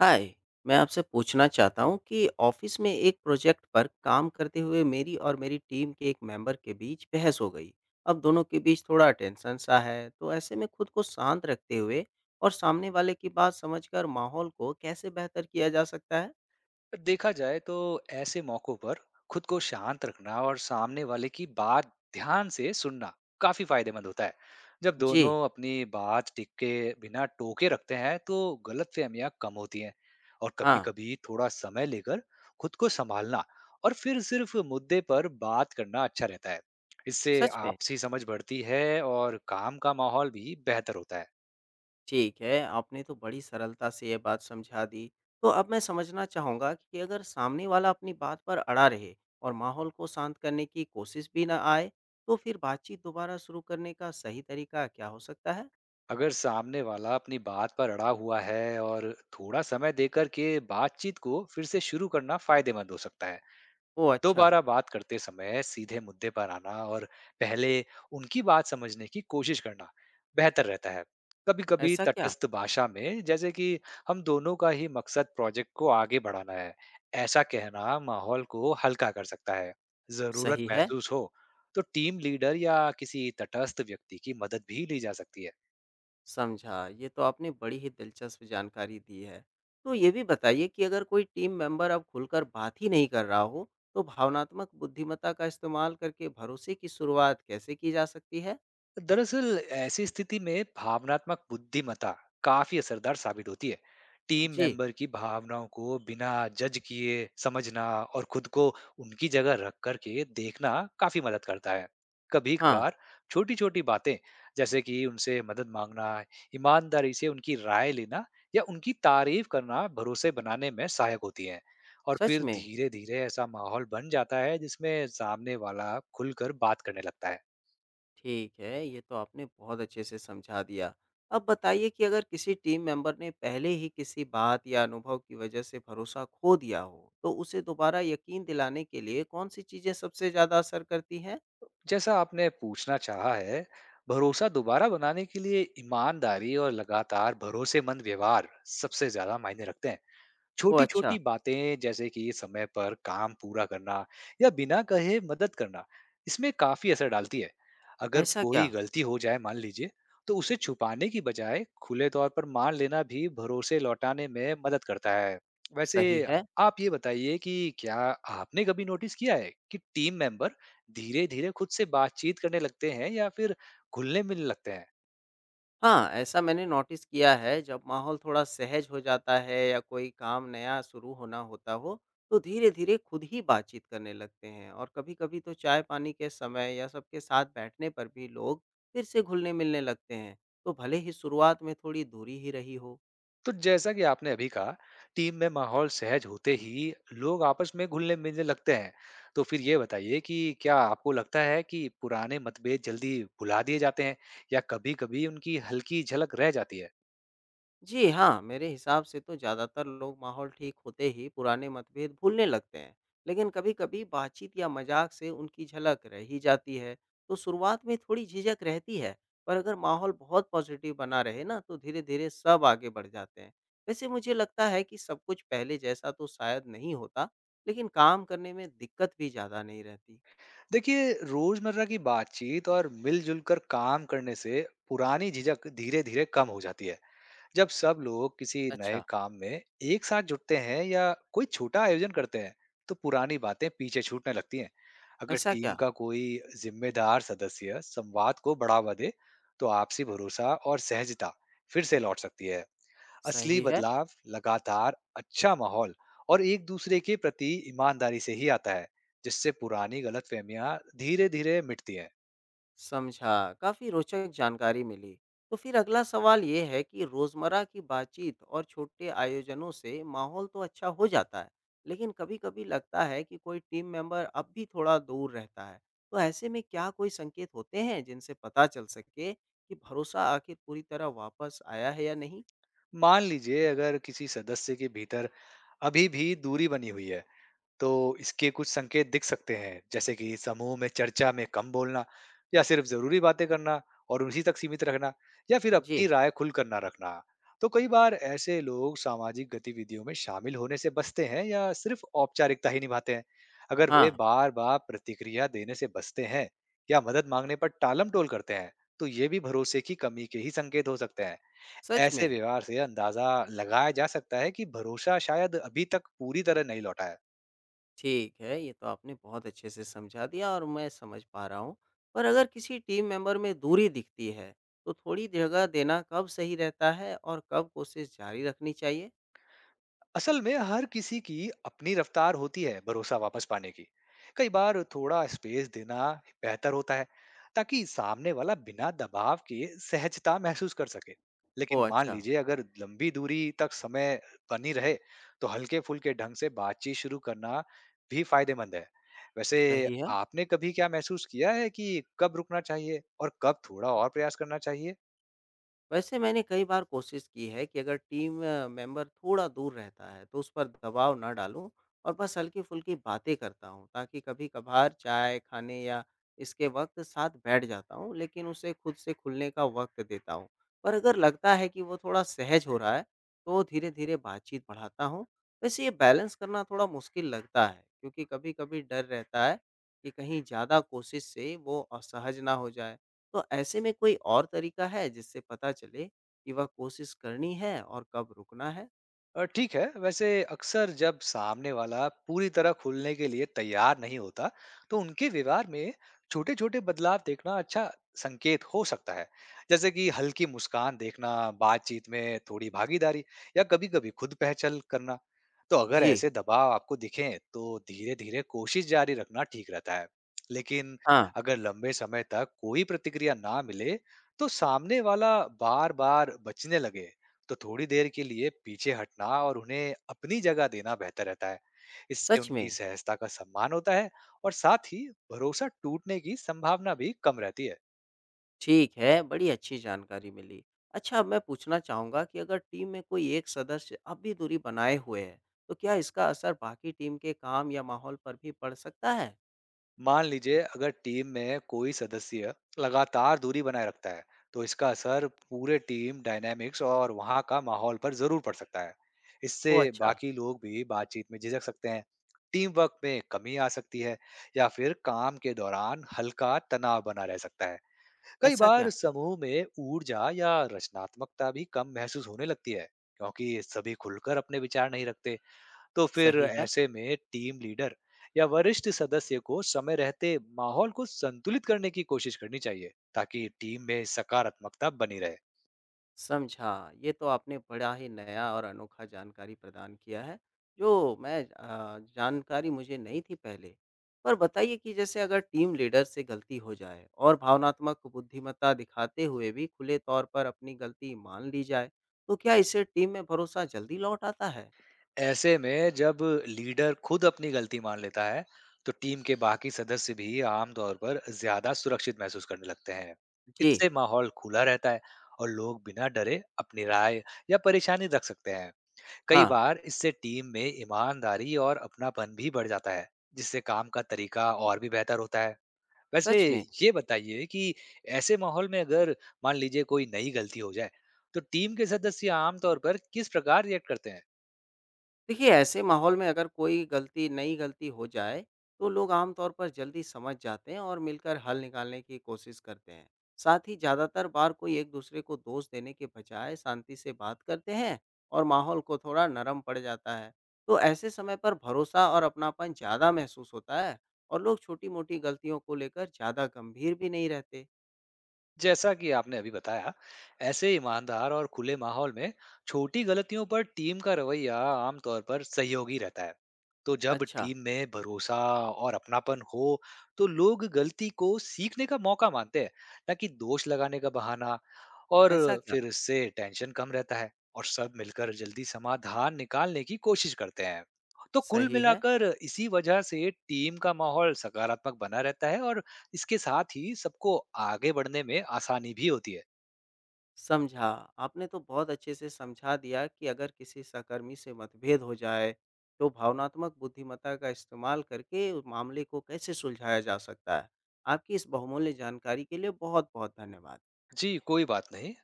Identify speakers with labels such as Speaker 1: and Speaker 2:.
Speaker 1: हाय। मैं आपसे पूछना चाहता हूँ कि ऑफिस में एक प्रोजेक्ट पर काम करते हुए मेरी और मेरी टीम के एक मेंबर के बीच बहस हो गई। अब दोनों के बीच थोड़ा टेंशन सा है, तो ऐसे में खुद को शांत रखते हुए और सामने वाले की बात समझकर माहौल को कैसे बेहतर किया जा सकता है?
Speaker 2: देखा जाए तो ऐसे मौकों पर खुद को शांत रखना और सामने वाले की बात ध्यान से सुनना काफी फायदेमंद होता है। जब
Speaker 1: जी।
Speaker 2: दोनों अपनी बात टिक के बिना टोके रखते हैं तो गलतफहमियां कम होती हैं और कभी
Speaker 1: हाँ।
Speaker 2: कभी थोड़ा समय लेकर खुद को संभालना और फिर सिर्फ मुद्दे पर बात करना अच्छा रहता है। इससे
Speaker 1: सच में।
Speaker 2: आपसी समझ बढ़ती है और काम का माहौल भी बेहतर होता है।
Speaker 1: ठीक है, आपने तो बड़ी सरलता से ये बात समझा दी। तो अब मैं समझना चाहूँगा कि अगर सामने वाला अपनी बात पर अड़ा रहे और माहौल को शांत करने की कोशिश भी ना आए, तो फिर बातचीत दोबारा शुरू करने का सही तरीका क्या हो सकता है?
Speaker 2: अगर सामने वाला अपनी बात पर अड़ा हुआ है और थोड़ा समय देकर के बातचीत को फिर से शुरू करना फायदेमंद हो सकता है।
Speaker 1: ओह अच्छा।
Speaker 2: दोबारा बात करते समय सीधे मुद्दे पर आना और पहले उनकी बात समझने की कोशिश करना बेहतर रहता है। कभी कभी
Speaker 1: ऐसा क्या?
Speaker 2: तटस्थ भाषा में, जैसे कि हम दोनों का ही मकसद प्रोजेक्ट को आगे बढ़ाना है, ऐसा कहना माहौल को हल्का कर सकता है। जरूरत
Speaker 1: सही है।
Speaker 2: महसूस हो तो टीम लीडर या किसी तटस्थ व्यक्ति की मदद भी ली जा सकती है।
Speaker 1: समझा। ये तो आपने बड़ी ही दिलचस्प जानकारी दी है। तो ये भी बताइए कि अगर कोई टीम मेंबर अब खुलकर बात ही नहीं कर रहा हो, तो भावनात्मक बुद्धिमत्ता का इस्तेमाल करके भरोसे की शुरुआत कैसे की जा सकती है?
Speaker 2: दरअसल ऐसी स्थिति में भावनात्मक बुद्धिमत्ता काफी असरदार साबित होती है। टीम
Speaker 1: जी।
Speaker 2: मेंबर की भावनाओं को बिना जज किए समझना और खुद को उनकी जगह रख करके देखना काफी मदद करता है। कभी
Speaker 1: हाँ।
Speaker 2: कभार छोटी छोटी बातें जैसे कि उनसे मदद मांगना, ईमानदारी से उनकी राय लेना या उनकी तारीफ करना भरोसे बनाने में सहायक होती हैं। और
Speaker 1: सच
Speaker 2: फिर
Speaker 1: में?
Speaker 2: धीरे धीरे ऐसा माहौल बन जाता है जिसमें सामने वाला खुलकर बात करने लगता है।
Speaker 1: ठीक है, ये तो आपने बहुत अच्छे से समझा दिया। अब बताइए कि अगर किसी टीम मेंबर ने पहले ही किसी बात या अनुभव की वजह से भरोसा खो दिया हो, तो उसे दोबारा यकीन दिलाने के लिए कौन-सी चीज़ें सबसे ज़्यादा असर करती हैं?
Speaker 2: जैसा आपने पूछना चाहा है, भरोसा दोबारा बनाने के लिए ईमानदारी और लगातार भरोसेमंद व्यवहार सबसे ज्यादा मायने रखते हैं।
Speaker 1: ओह अच्छा।
Speaker 2: छोटी-छोटी बातें जैसे कि समय पर काम पूरा करना या बिना कहे मदद करना, इसमें काफ़ी असर डालती है। अगर
Speaker 1: ऐसा क्या?
Speaker 2: कोई गलती हो जाए मान लीजिए, तो उसे छुपाने की बजाय खुले तौर पर मान लेना भी भरोसे लौटाने में मदद करता है। वैसे
Speaker 1: सही है।
Speaker 2: आप ये बताइए कि क्या आपने कभी नोटिस किया है कि टीम मेंबर धीरे-धीरे खुद से बातचीत करने लगते हैं या फिर घुलने-मिलने लगते हैं?
Speaker 1: हाँ, ऐसा मैंने नोटिस किया है जब माहौल थोड़ा सहज हो जाता है या कोई काम नया शुरू होना होता हो, तो धीरे-धीरे खुद ही बातचीत करने लगते हैं और कभी-कभी तो चाय-पानी के समय या सबके साथ बैठने पर भी लोग फिर से घुलने-मिलने लगते हैं। तो भले ही शुरुआत में थोड़ी दूरी ही रही हो।
Speaker 2: तो जैसा कि आपने अभी कहा, टीम में माहौल सहज होते ही लोग आपस में घुलने-मिलने लगते हैं। तो फिर ये बताइए कि क्या आपको लगता है कि पुराने मतभेद जल्दी भुला दिए जाते हैं या कभी-कभी उनकी हल्की झलक रह जाती है?
Speaker 1: जी हाँ, मेरे हिसाब से तो ज़्यादातर लोग माहौल ठीक होते ही पुराने मतभेद भूलने लगते हैं, लेकिन कभी-कभी बातचीत या मजाक से उनकी झलक रह ही जाती है, तो शुरुआत में थोड़ी झिझक रहती है, पर अगर माहौल बहुत पॉजिटिव बना रहे ना, तो धीरे-धीरे सब आगे बढ़ जाते हैं। वैसे मुझे लगता है कि सब कुछ पहले जैसा तो शायद नहीं होता, लेकिन काम करने में दिक्कत भी ज़्यादा नहीं रहती।
Speaker 2: देखिए, रोजमर्रा की बातचीत और मिलजुल कर काम करने से पुरानी झिझक धीरे-धीरे कम हो जाती है। जब सब लोग किसी नए
Speaker 1: अच्छा।
Speaker 2: काम में एक साथ जुटते हैं या कोई छोटा आयोजन करते हैं तो पुरानी बातें पीछे छूटने लगती हैं। अगर
Speaker 1: ऐसा
Speaker 2: टीम
Speaker 1: क्या?
Speaker 2: का कोई जिम्मेदार सदस्य संवाद को बढ़ावा दे तो आपसी भरोसा और सहजता फिर से लौट सकती है। असली
Speaker 1: सही है।
Speaker 2: बदलाव लगातार अच्छा माहौल और एक दूसरे के प्रति ईमानदारी से ही आता है, जिससे पुरानी गलतफहमियां धीरे धीरे मिटती हैं।
Speaker 1: समझा। काफ़ी रोचक जानकारी मिली। तो फिर अगला सवाल ये है कि रोज़मर्रा की बातचीत और छोटे आयोजनों से माहौल तो अच्छा हो जाता है, लेकिन कभी-कभी लगता है कि कोई टीम मेंबर अब भी थोड़ा दूर रहता है। तो ऐसे में क्या कोई संकेत होते हैं जिनसे पता चल सके कि भरोसा आखिर पूरी तरह वापस आया है या नहीं?
Speaker 2: मान लीजिए अगर किसी सदस्य के भीतर अभी भी दूरी बनी हुई है, तो इसके कुछ संकेत दिख सकते हैं जैसे कि समूह में चर्चा में कम बोलना या सिर्फ जरूरी बातें करना और उसी तक सीमित रखना या फिर अपनी
Speaker 1: जी।
Speaker 2: राय खुलकर ना रखना। तो कई बार ऐसे लोग सामाजिक गतिविधियों में शामिल होने से बचते हैं या सिर्फ औपचारिकता ही निभाते हैं। अगर वे
Speaker 1: हाँ।
Speaker 2: बार बार प्रतिक्रिया देने से बचते हैं या मदद मांगने पर टालम टोल करते हैं, तो ये भी भरोसे की कमी के ही संकेत हो सकते हैं।
Speaker 1: सच में।
Speaker 2: ऐसे व्यवहार से अंदाजा लगाया जा सकता है कि भरोसा शायद अभी तक पूरी तरह नहीं लौटा है।
Speaker 1: ठीक है, ये तो आपने बहुत अच्छे से समझा दिया और मैं समझ पा रहा हूँ। पर अगर किसी टीम मेंबर में दूरी दिखती है, तो थोड़ी जगह देना कब सही रहता है और कब कोशिश जारी रखनी चाहिए?
Speaker 2: असल में हर किसी की अपनी रफ्तार होती है भरोसा वापस पाने की। कई बार थोड़ा स्पेस देना बेहतर होता है ताकि सामने वाला बिना दबाव के सहजता महसूस कर सके।
Speaker 1: ओह
Speaker 2: लेकिन मान
Speaker 1: अच्छा।
Speaker 2: लीजिए अगर लंबी दूरी तक समय बनी रहे, तो हल्के फुल्के ढंग से बातचीत शुरू करना भी फायदेमंद है। वैसे
Speaker 1: सही है।
Speaker 2: आपने कभी क्या महसूस किया है कि कब रुकना चाहिए और कब थोड़ा और प्रयास करना चाहिए?
Speaker 1: वैसे मैंने कई बार कोशिश की है कि अगर टीम मेंबर थोड़ा दूर रहता है तो उस पर दबाव ना डालूं और बस हल्की-फुल्की बातें करता हूं, ताकि कभी-कभार चाय खाने या इसके वक्त साथ बैठ जाता हूं, लेकिन उसे खुद से खुलने का वक्त देता हूं। पर अगर लगता है कि वो थोड़ा सहज हो रहा है, तो धीरे-धीरे बातचीत बढ़ाता हूं। वैसे ये बैलेंस करना थोड़ा मुश्किल लगता है, क्योंकि कभी-कभी डर रहता है कि कहीं ज़्यादा कोशिश से वो असहज ना हो जाए। तो ऐसे में कोई और तरीका है जिससे पता चले कि वह कोशिश करनी है और कब रुकना है?
Speaker 2: ठीक है। वैसे अक्सर जब सामने वाला पूरी तरह खुलने के लिए तैयार नहीं होता, तो उनके व्यवहार में छोटे छोटे बदलाव देखना अच्छा संकेत हो सकता है। जैसे कि हल्की मुस्कान देखना, बातचीत में थोड़ी भागीदारी या कभी कभी खुद पहचान करना। तो अगर
Speaker 1: जी।
Speaker 2: ऐसे दबाव आपको दिखें तो धीरे धीरे कोशिश जारी रखना ठीक रहता है। लेकिन
Speaker 1: हाँ।
Speaker 2: अगर लंबे समय तक कोई प्रतिक्रिया ना मिले, तो सामने वाला बार बार बचने लगे, तो थोड़ी देर के लिए पीछे हटना और उन्हें अपनी जगह देना बेहतर रहता है। इससे
Speaker 1: सच
Speaker 2: उनकी
Speaker 1: में।
Speaker 2: सहजता का सम्मान होता है और साथ ही भरोसा टूटने की संभावना भी कम रहती है।
Speaker 1: ठीक है, बड़ी अच्छी जानकारी मिली। अच्छा, अब मैं पूछना चाहूँगा कि अगर टीम में कोई एक सदस्य अब भी दूरी बनाए हुए है, तो क्या इसका असर बाकी टीम के काम या माहौल पर भी पड़ सकता है?
Speaker 2: मान लीजिए अगर टीम में कोई सदस्य लगातार दूरी बनाए रखता है, तो इसका असर पूरे टीम डायनेमिक्स और वहाँ का माहौल पर जरूर पड़ सकता है। इससे
Speaker 1: ओह अच्छा।
Speaker 2: बाकी लोग भी बातचीत में झिझक सकते हैं। टीम वर्क में कमी आ सकती है या फिर काम के दौरान हल्का तनाव बना रह सकता है। कई
Speaker 1: ऐसा
Speaker 2: बार
Speaker 1: क्या?
Speaker 2: समूह में ऊर्जा या रचनात्मकता भी कम महसूस होने लगती है क्योंकि सभी खुलकर अपने विचार नहीं रखते। तो फिर
Speaker 1: सही है।
Speaker 2: ऐसे में टीम लीडर या वरिष्ठ सदस्य को समय रहते माहौल को संतुलित करने की कोशिश करनी चाहिए ताकि टीम में सकारात्मकता बनी रहे।
Speaker 1: समझा। ये तो आपने बड़ा ही नया और अनोखा जानकारी प्रदान किया है, जो मैं जानकारी मुझे नहीं थी पहले। पर बताइए कि जैसे अगर टीम लीडर से गलती हो जाए और भावनात्मक बुद्धिमत्ता दिखाते हुए भी खुले तौर पर अपनी गलती मान ली जाए, तो क्या इससे टीम में भरोसा जल्दी लौट आता है?
Speaker 2: ऐसे में जब लीडर खुद अपनी गलती मान लेता है, तो टीम के बाकी सदस्य भी आमतौर पर ज्यादा सुरक्षित महसूस करने लगते हैं।
Speaker 1: जी।
Speaker 2: इससे माहौल खुला रहता है और लोग बिना डरे अपनी राय या परेशानी रख सकते हैं। कई
Speaker 1: हाँ।
Speaker 2: बार इससे टीम में ईमानदारी और अपनापन भी बढ़ जाता है, जिससे काम का तरीका और भी बेहतर होता है। वैसे
Speaker 1: सच में।
Speaker 2: ये बताइए कि ऐसे माहौल में अगर मान लीजिए कोई नई गलती हो जाए, तो टीम के सदस्य आमतौर पर किस प्रकार रिएक्ट करते हैं?
Speaker 1: देखिए, ऐसे माहौल में अगर कोई गलती नई गलती हो जाए, तो लोग आम तौर पर जल्दी समझ जाते हैं और मिलकर हल निकालने की कोशिश करते हैं। साथ ही ज़्यादातर बार कोई एक-दूसरे को दोष देने के बजाय शांति से बात करते हैं और माहौल को थोड़ा नरम पड़ जाता है। तो ऐसे समय पर भरोसा और अपनापन ज़्यादा महसूस होता है और लोग छोटी-मोटी गलतियों को लेकर ज़्यादा गंभीर भी नहीं रहते।
Speaker 2: जैसा कि आपने अभी बताया, ऐसे ईमानदार और खुले माहौल में छोटी गलतियों पर टीम का रवैया आमतौर पर सहयोगी रहता है। तो जब
Speaker 1: अच्छा।
Speaker 2: टीम में भरोसा और अपनापन हो, तो लोग गलती को सीखने का मौका मानते हैं, ना कि दोष लगाने का बहाना। और
Speaker 1: ऐसा क्या?
Speaker 2: फिर इससे टेंशन कम रहता है और सब मिलकर जल्दी समाधान निकालने की कोशिश करते हैं। तो कुल
Speaker 1: सही है।
Speaker 2: मिलाकर इसी वजह से टीम का माहौल सकारात्मक बना रहता है और इसके साथ ही सबको आगे बढ़ने में आसानी भी होती है।
Speaker 1: समझा। आपने तो बहुत अच्छे से समझा दिया कि अगर किसी सहकर्मी से मतभेद हो जाए, तो भावनात्मक बुद्धिमत्ता का इस्तेमाल करके उस मामले को कैसे सुलझाया जा सकता है। आपकी इस बहुमूल्य जानकारी के लिए बहुत-बहुत धन्यवाद।
Speaker 2: जी कोई बात नहीं।